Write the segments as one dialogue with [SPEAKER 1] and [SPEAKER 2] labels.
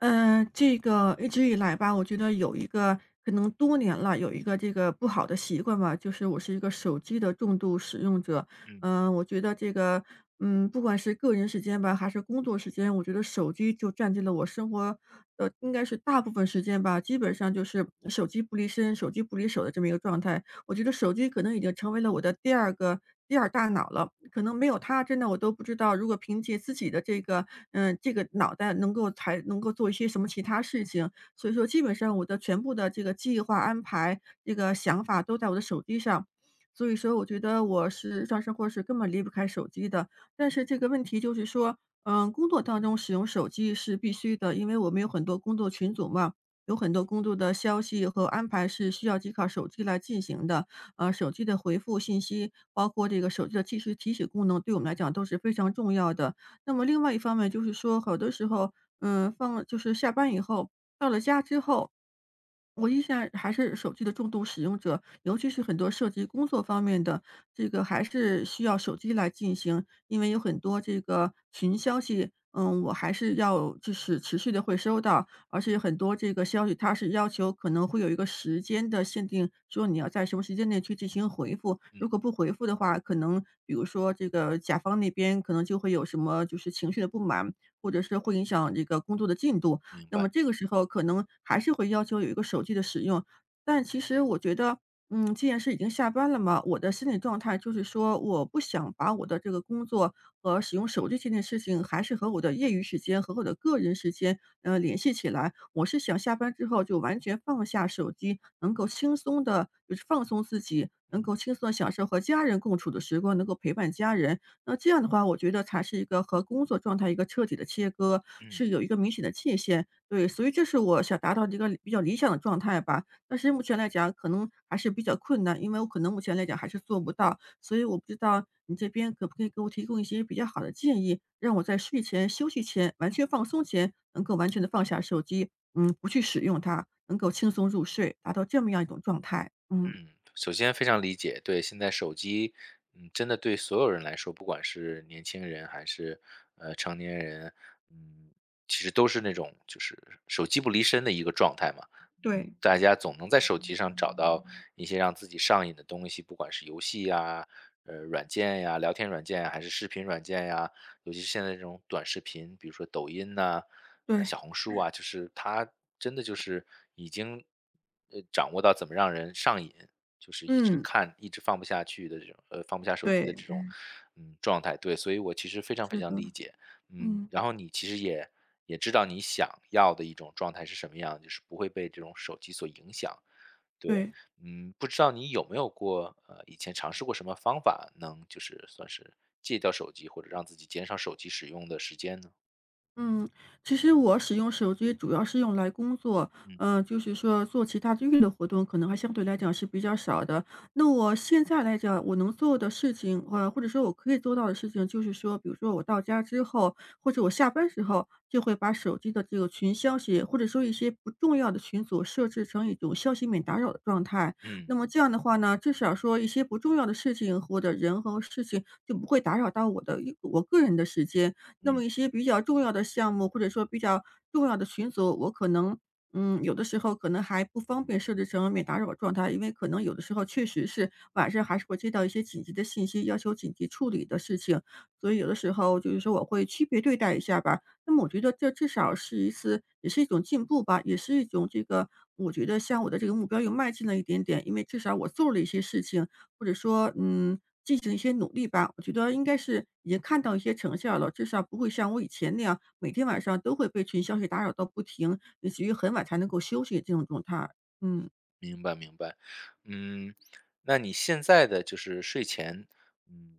[SPEAKER 1] 嗯，这个一直以来吧，我觉得有一个可能多年了，有一个这个不好的习惯吧，就是我是一个手机的重度使用者。
[SPEAKER 2] 嗯
[SPEAKER 1] 我觉得不管是个人时间吧，还是工作时间，我觉得手机就占据了我生活的应该是大部分时间吧，基本上就是手机不离身，手机不离手的这么一个状态。我觉得手机可能已经成为了我的第二大脑了，可能没有它，真的我都不知道如果凭借自己的这个，这个脑袋才能够做一些什么其他事情。所以说基本上我的全部的这个计划安排，这个想法都在我的手机上。所以说我觉得我日常生活是根本离不开手机的。但是这个问题就是说，工作当中使用手机是必须的，因为我们有很多工作群组嘛。有很多工作的消息和安排是需要依靠手机来进行的，手机的回复信息，包括这个手机的即时提醒功能，对我们来讲都是非常重要的。那么另外一方面就是说，好多时候，嗯，放了就是下班以后，到了家之后，我依然还是手机的重度使用者，尤其是很多涉及工作方面的，这个还是需要手机来进行，因为有很多这个群消息，我还是要就是持续的会收到，而且很多这个消息它是要求可能会有一个时间的限定，说你要在什么时间内去进行回复，
[SPEAKER 2] 嗯，
[SPEAKER 1] 如果不回复的话，可能比如说这个甲方那边可能就会有什么就是情绪的不满，或者是会影响这个工作的进度。
[SPEAKER 2] 明
[SPEAKER 1] 那
[SPEAKER 2] 白。
[SPEAKER 1] 么这个时候可能还是会要求有一个手机的使用，但其实我觉得，既然是已经下班了嘛，我的心理状态就是说，我不想把我的这个工作和使用手机这件事情还是和我的业余时间和我的个人时间，联系起来。我是想下班之后就完全放下手机，能够轻松的，就是放松自己，能够
[SPEAKER 2] 嗯
[SPEAKER 1] 轻松地享受和家人共处的时光，能够陪伴家人。那这样的话，我觉得才是一个和工作状态一个彻底的切割，
[SPEAKER 2] 嗯
[SPEAKER 1] 是有一个明显的界限。对，所以这是我想达到的一个比较理想的状态吧。但是目前来讲，可能还是比较困难，因为我可能目前来讲还是做不到。所以我不知道你这边可不可以给我提供一些比较好的建议，让我在睡前、休息前、完全放松前，能够完全的放下手机，不去使用它，能够轻松入睡，达到这么样一种状态。嗯。
[SPEAKER 2] 嗯，首先非常理解，对，现在手机，真的对所有人来说，不管是年轻人还是成年人，嗯，其实都是那种就是手机不离身的一个状态嘛。嗯，
[SPEAKER 1] 对，
[SPEAKER 2] 大家总能在手机上找到一些让自己上瘾的东西，不管是游戏呀、软件呀、聊天软件呀，还是视频软件呀，尤其是现在这种短视频，比如说抖音呐、
[SPEAKER 1] 对，
[SPEAKER 2] 小红书啊，就是它真的就是已经掌握到怎么让人上瘾，就是一直
[SPEAKER 1] 嗯，
[SPEAKER 2] 看、一直放不下去的这种放不下手机的
[SPEAKER 1] 对，
[SPEAKER 2] 这种嗯状态。对，所以我其实非常非
[SPEAKER 1] 是的，
[SPEAKER 2] 常理解，嗯，
[SPEAKER 1] 嗯。
[SPEAKER 2] 然后你其实也知道你想要的一种状态是什么样，就是不会被这种手机所影响。对，
[SPEAKER 1] 对。
[SPEAKER 2] 嗯，不知道你有没有过，以前尝试过什么方法，能就是算是戒掉手机，或者让自己减少手机使用的时间呢？
[SPEAKER 1] 嗯，其实我使用手机主要是用来工作，
[SPEAKER 2] 嗯
[SPEAKER 1] 就是说做其他的娱乐活动，可能还相对来讲是比较少的。那我现在来讲，我能做的事情，或者说我可以做到的事情，就是说，比如说我到家之后，或者我下班时候，就会把手机的这个群消息，或者说一些不重要的群组设置成一种消息免打扰的状态。
[SPEAKER 2] 嗯
[SPEAKER 1] 那么这样的话呢，至少说一些不重要的事情或者人和事情就不会打扰到我个人的时间。那么
[SPEAKER 2] 嗯。
[SPEAKER 1] 一些比较重要的项目，或者说比较重要的群组，我可能，有的时候可能还不方便设置成免打扰状态，因为可能有的时候确实是晚上还是会接到一些紧急的信息，要求紧急处理的事情，所以有的时候就是说我会区别对待一下吧。那么我觉得这至少是一次，也是一种进步吧，也是一种这个，我觉得向我的这个目标又迈进了一点点，因为至少我做了一些事情，或者说，进行一些努力吧。我觉得应该是已经看到一些成效了，至少不会像我以前那样，每天晚上都会被群消息打扰到不停，以至于很晚才能够休息这种状态。嗯。
[SPEAKER 2] 明白明白，嗯，那你现在的就是睡前，嗯，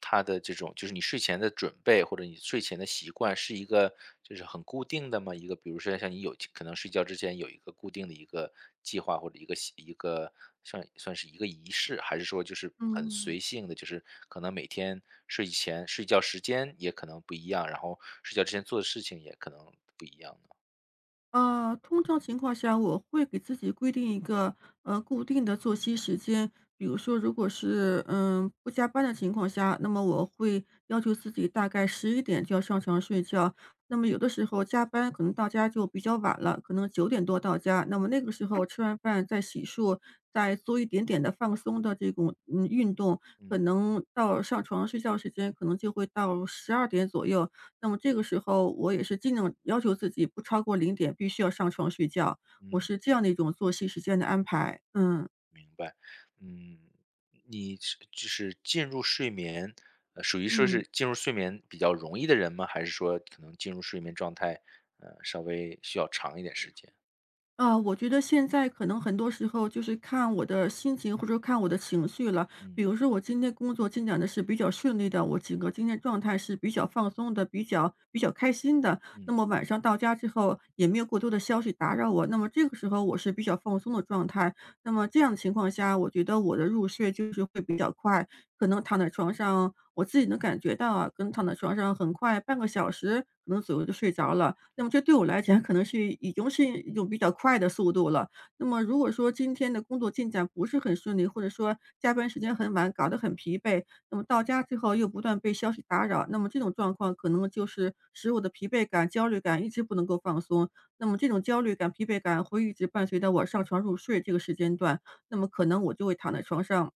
[SPEAKER 2] 他的这种就是你睡前的准备或者你睡前的习惯是一个就是很固定的吗？一个比如说像你有可能睡觉之前有一个固定的一个计划或者一个一个算是一个仪式，还是说就是很
[SPEAKER 1] 嗯。
[SPEAKER 2] 随性的，就是可能每天睡前睡觉时间也可能不一样，然后睡觉之前做的事情也可能不一样呢？
[SPEAKER 1] 通常情况下，我会给自己规定一个固定的作息时间。比如说，如果是不加班的情况下，那么我会要求自己大概11点就要上床睡觉。那么有的时候加班可能到家就比较晚了，可能9点多到家。那么那个时候吃完饭再洗漱，再做一点点的放松的这种运动，可
[SPEAKER 2] 嗯
[SPEAKER 1] 能到上床睡觉时间可能就会到12点左右。那么这个时候我也是尽量要求自己不超过零点必须要上床睡觉，我
[SPEAKER 2] 嗯。
[SPEAKER 1] 是这样的一种作息时间的安排，嗯。
[SPEAKER 2] 明白，嗯，你是就是进入睡眠，属于说
[SPEAKER 1] 嗯。
[SPEAKER 2] 是进入睡眠比较容易的人吗？还是说可能进入睡眠状态，稍微需要长一点时间？
[SPEAKER 1] 我觉得现在可能很多时候就是看我的心情或者说看我的情绪了。比
[SPEAKER 2] 嗯
[SPEAKER 1] 如说我今天工作进展的是比较顺利的，我整个今天状态是比较放松的，比较开心的。那
[SPEAKER 2] 嗯，
[SPEAKER 1] 么晚上到家之后也没有过多的消息打扰我，那么这个时候我是比较放松的状态。那么这样的情况下，我觉得我的入睡就是会比较快，可能躺在床上，我自己能感觉到啊，可能躺在床上很快半个小时可能左右就睡着了。那么这对我来讲可能是已经是一种比较快的速度了。那么如果说今天的工作进展不是很顺利，或者说加班时间很晚，搞得很疲惫，那么到家之后又不断被消息打扰，那么这种状况可能就是使我的疲惫感、焦虑感一直不能够放松。那么这种焦虑感、疲惫感会一直伴随着我上床入睡这个时间段。那么可能我就会躺在床上，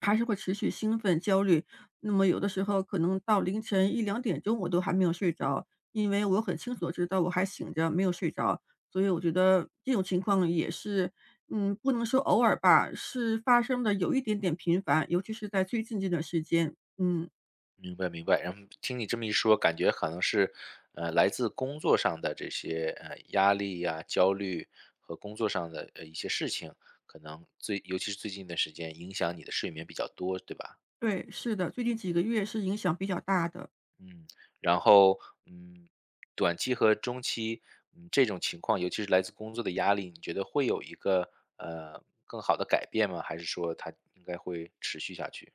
[SPEAKER 1] 还是会持续兴奋、焦虑。那么有的时候可能到凌晨一两点钟我都还没有睡着，因为我很清楚地知道我还醒着，没有睡着。所以我觉得这种情况也是，不能说偶尔吧，是发生的有一点点频繁，尤其是在最近这段时间。嗯，
[SPEAKER 2] 明白明白。然后听你这么一说，感觉可能是，来自工作上的这些压力呀、焦虑和工作上的一些事情，可能尤其是最近一段时间影响你的睡眠比较多，对吧？
[SPEAKER 1] 对，是的，最近几个月是影响比较大的。
[SPEAKER 2] 嗯，然后，嗯，短期和中期，嗯，这种情况，尤其是来自工作的压力，你觉得会有一个，更好的改变吗？还是说它应该会持续下去？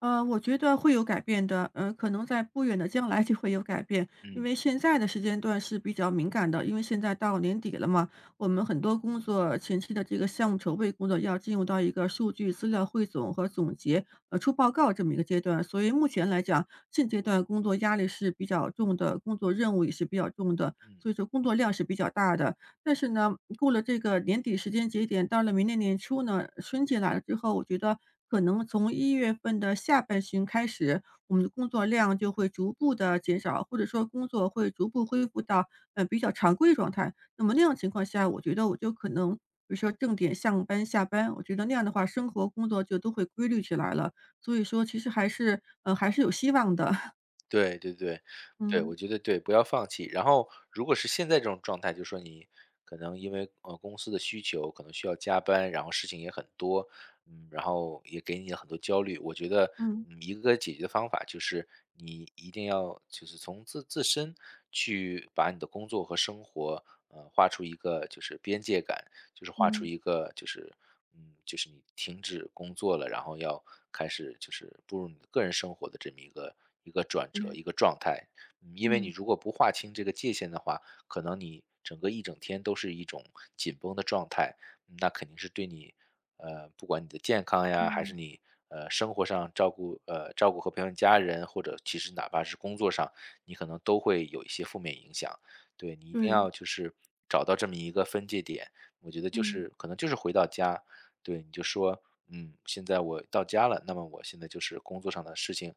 [SPEAKER 1] 我觉得会有改变的，可能在不远的将来就会有改变，因
[SPEAKER 2] 嗯
[SPEAKER 1] 为现在的时间段是比较敏感的，因为现在到年底了嘛，我们很多工作前期的这个项目筹备工作要进入到一个数据资料汇总和总结，出报告这么一个阶段，所以目前来讲，现阶段工作压力是比较重的，工作任务也是比较重的，
[SPEAKER 2] 嗯。
[SPEAKER 1] 所以说工作量是比较大的。但是呢，过了这个年底时间节点，到了明年年初呢，春节来了之后，我觉得可能从1月份的下半旬开始，我们的工作量就会逐步的减少，或者说工作会逐步恢复到，比较常规状态。那么那样情况下，我觉得我就可能比如说正点上班下班，我觉得那样的话，生活工作就都会规律起来了。所以说其实还是有希望的。
[SPEAKER 2] 对对对，对，
[SPEAKER 1] 嗯，
[SPEAKER 2] 我觉得对，不要放弃。然后如果是现在这种状态，就说你可能因为公司的需求，可能需要加班，然后事情也很多，嗯，然后也给你很多焦虑。我觉得，
[SPEAKER 1] 嗯，
[SPEAKER 2] 嗯，一个解决的方法就是你一定要就是从自身去把你的工作和生活，画出一个就是边界感，就是画出
[SPEAKER 1] 嗯，
[SPEAKER 2] 一个就是嗯，就是你停止工作了，然后要开始就是步入你的个人生活的这么一个转折，
[SPEAKER 1] 对，
[SPEAKER 2] 一个状态。嗯，因为你
[SPEAKER 1] 嗯，
[SPEAKER 2] 如果不划清这个界限的话，可能你整个一整天都是一种紧绷的状态，嗯那肯定是对你不管你的健康呀，还
[SPEAKER 1] 嗯。
[SPEAKER 2] 是你生活上照顾照顾和陪伴家人，或者其实哪怕是工作上，你可能都会有一些负面影响。对你一定
[SPEAKER 1] 对，
[SPEAKER 2] 要就是找到这么一个分界点，我觉得就
[SPEAKER 1] 嗯。
[SPEAKER 2] 是可能就是回到家，对，你就说，嗯，现在我到家了，那么我现在就是工作上的事情，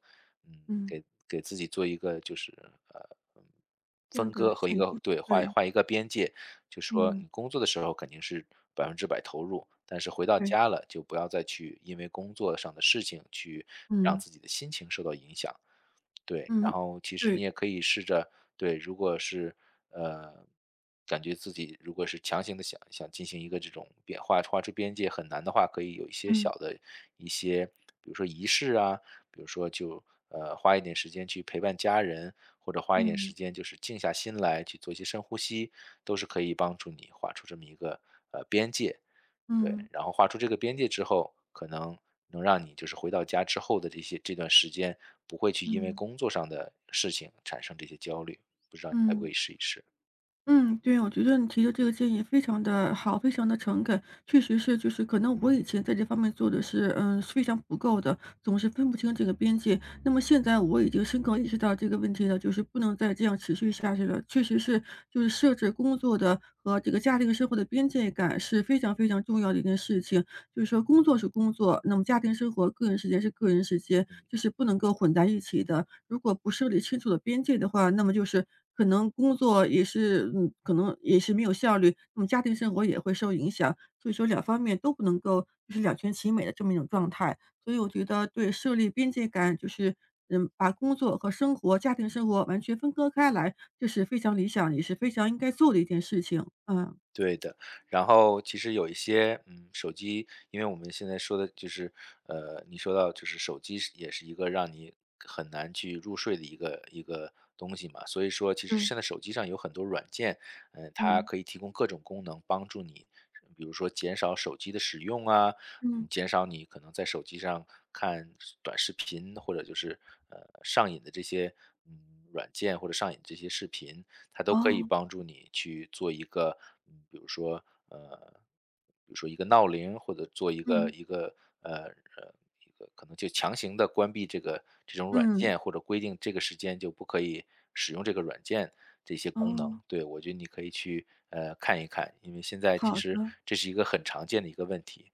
[SPEAKER 2] 嗯，
[SPEAKER 1] 嗯。
[SPEAKER 2] 给自己做一个就是呃嗯
[SPEAKER 1] 这样
[SPEAKER 2] 分
[SPEAKER 1] 的
[SPEAKER 2] 割和一
[SPEAKER 1] 限
[SPEAKER 2] 个
[SPEAKER 1] 定，
[SPEAKER 2] 对
[SPEAKER 1] 对，
[SPEAKER 2] 画一个边界，就说
[SPEAKER 1] 嗯，
[SPEAKER 2] 你工作的时候肯定是百分之百投入，但是回到
[SPEAKER 1] 对。
[SPEAKER 2] 家了就不要再去因为工作上的事情去让
[SPEAKER 1] 嗯，
[SPEAKER 2] 自己的心情受到影响。对，然
[SPEAKER 1] 嗯，
[SPEAKER 2] 后其实你
[SPEAKER 1] 对。
[SPEAKER 2] 也可以试着对，如果是呃，感觉自己如果是强行的想进行一个这种画画出边界很难的话，可以有一些
[SPEAKER 1] 嗯，
[SPEAKER 2] 小的一些，比如说仪式啊，比如说就花一点时间去陪伴家人，或者花一点
[SPEAKER 1] 嗯，
[SPEAKER 2] 时间就是静下心来去做一些深呼吸，都是可以帮助你画出这么一个边界。对，
[SPEAKER 1] 嗯，
[SPEAKER 2] 然后画出这个边界之后，可能能让你就是回到家之后的这些这段时间，不会去因为
[SPEAKER 1] 嗯，
[SPEAKER 2] 工作上的事情产生这些焦虑，不知道你会不会
[SPEAKER 1] 嗯。
[SPEAKER 2] 试一试？
[SPEAKER 1] 嗯，对，我觉得你提的这个建议非常的好，非常的诚恳。确实是就是可能我以前在这方面做的是，是非常不够的，总是分不清这个边界。那么现在我已经深刻意识到这个问题了，就是不能再这样持续下去了。确实是就是设置工作的和这个家庭生活的边界感是非常非常重要的一件事情。就是说工作是工作，那么家庭生活、个人时间是个人时间，
[SPEAKER 2] 嗯。
[SPEAKER 1] 就是不能够混在一起的。如果不设立清楚的边界的话，那么就是可能工作也是,可能也是没有效率，那么家庭生活也会受影响。所以说两方面都不能够就是两全其美的这么一种状态。所以我觉得对设立边界感，就是把工作和生活、家庭生活完全分割开来，这是非常理想，也是非常应该做的一件事情。嗯。
[SPEAKER 2] 对的，然后其实有一些，嗯，手机，因为我们现在说的就是，你说到就是手机是也是一个让你很难去入睡的一个东西嘛，所以说其实
[SPEAKER 1] 对，
[SPEAKER 2] 现在手机上有很多软件，嗯、它
[SPEAKER 1] 嗯。
[SPEAKER 2] 可以提供各种功能帮助你，比如说减少手机的使用啊，
[SPEAKER 1] 嗯，
[SPEAKER 2] 嗯减少你可能在手机上看短视频或者就是呃上瘾的这些嗯软件或者上瘾这些视频，它都可以
[SPEAKER 1] 哦，
[SPEAKER 2] 帮助你去做一个，嗯，比如说，呃，比如说一个闹铃，或者做一个
[SPEAKER 1] 嗯，
[SPEAKER 2] 呃呃一个可能就强行的关闭这个这种软
[SPEAKER 1] 嗯。
[SPEAKER 2] 件，或者规定这个时间就不可以使用这个软件这些功能。
[SPEAKER 1] 哦，
[SPEAKER 2] 对，我觉得你可以去看一看，因为现在其
[SPEAKER 1] 好
[SPEAKER 2] 实
[SPEAKER 1] 的，
[SPEAKER 2] 这是一个很常见的一个问题。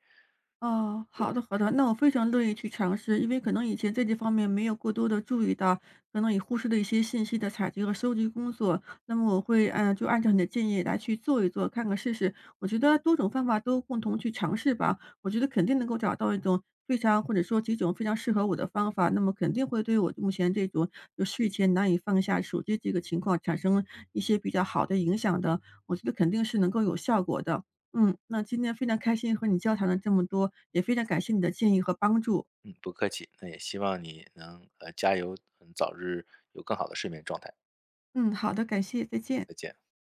[SPEAKER 1] 哦，
[SPEAKER 2] 对，
[SPEAKER 1] 好的好的，那我非常乐意去尝试，因为可能以前在这方面没有过多的注意到，可能也忽视了一些信息的采集和收集工作，那么我会就按照你的建议来去做一做，看看试试。我觉得多种方法都共同去尝试吧，我觉得肯定能够找到一种非常或者说几种非常适合我的方法，那么肯定会对我目前这种就睡前难以放下手机这个情况产生一些比较好的影响的，我觉得肯定是能够有效果的。嗯，那今天非常开心和你交谈了这么多，也非常感谢你的建议和帮助。
[SPEAKER 2] 嗯，不客气，那也希望你能加油，嗯，早日有更好的睡眠状态。
[SPEAKER 1] 嗯，好的，感谢，再见。
[SPEAKER 2] 再见。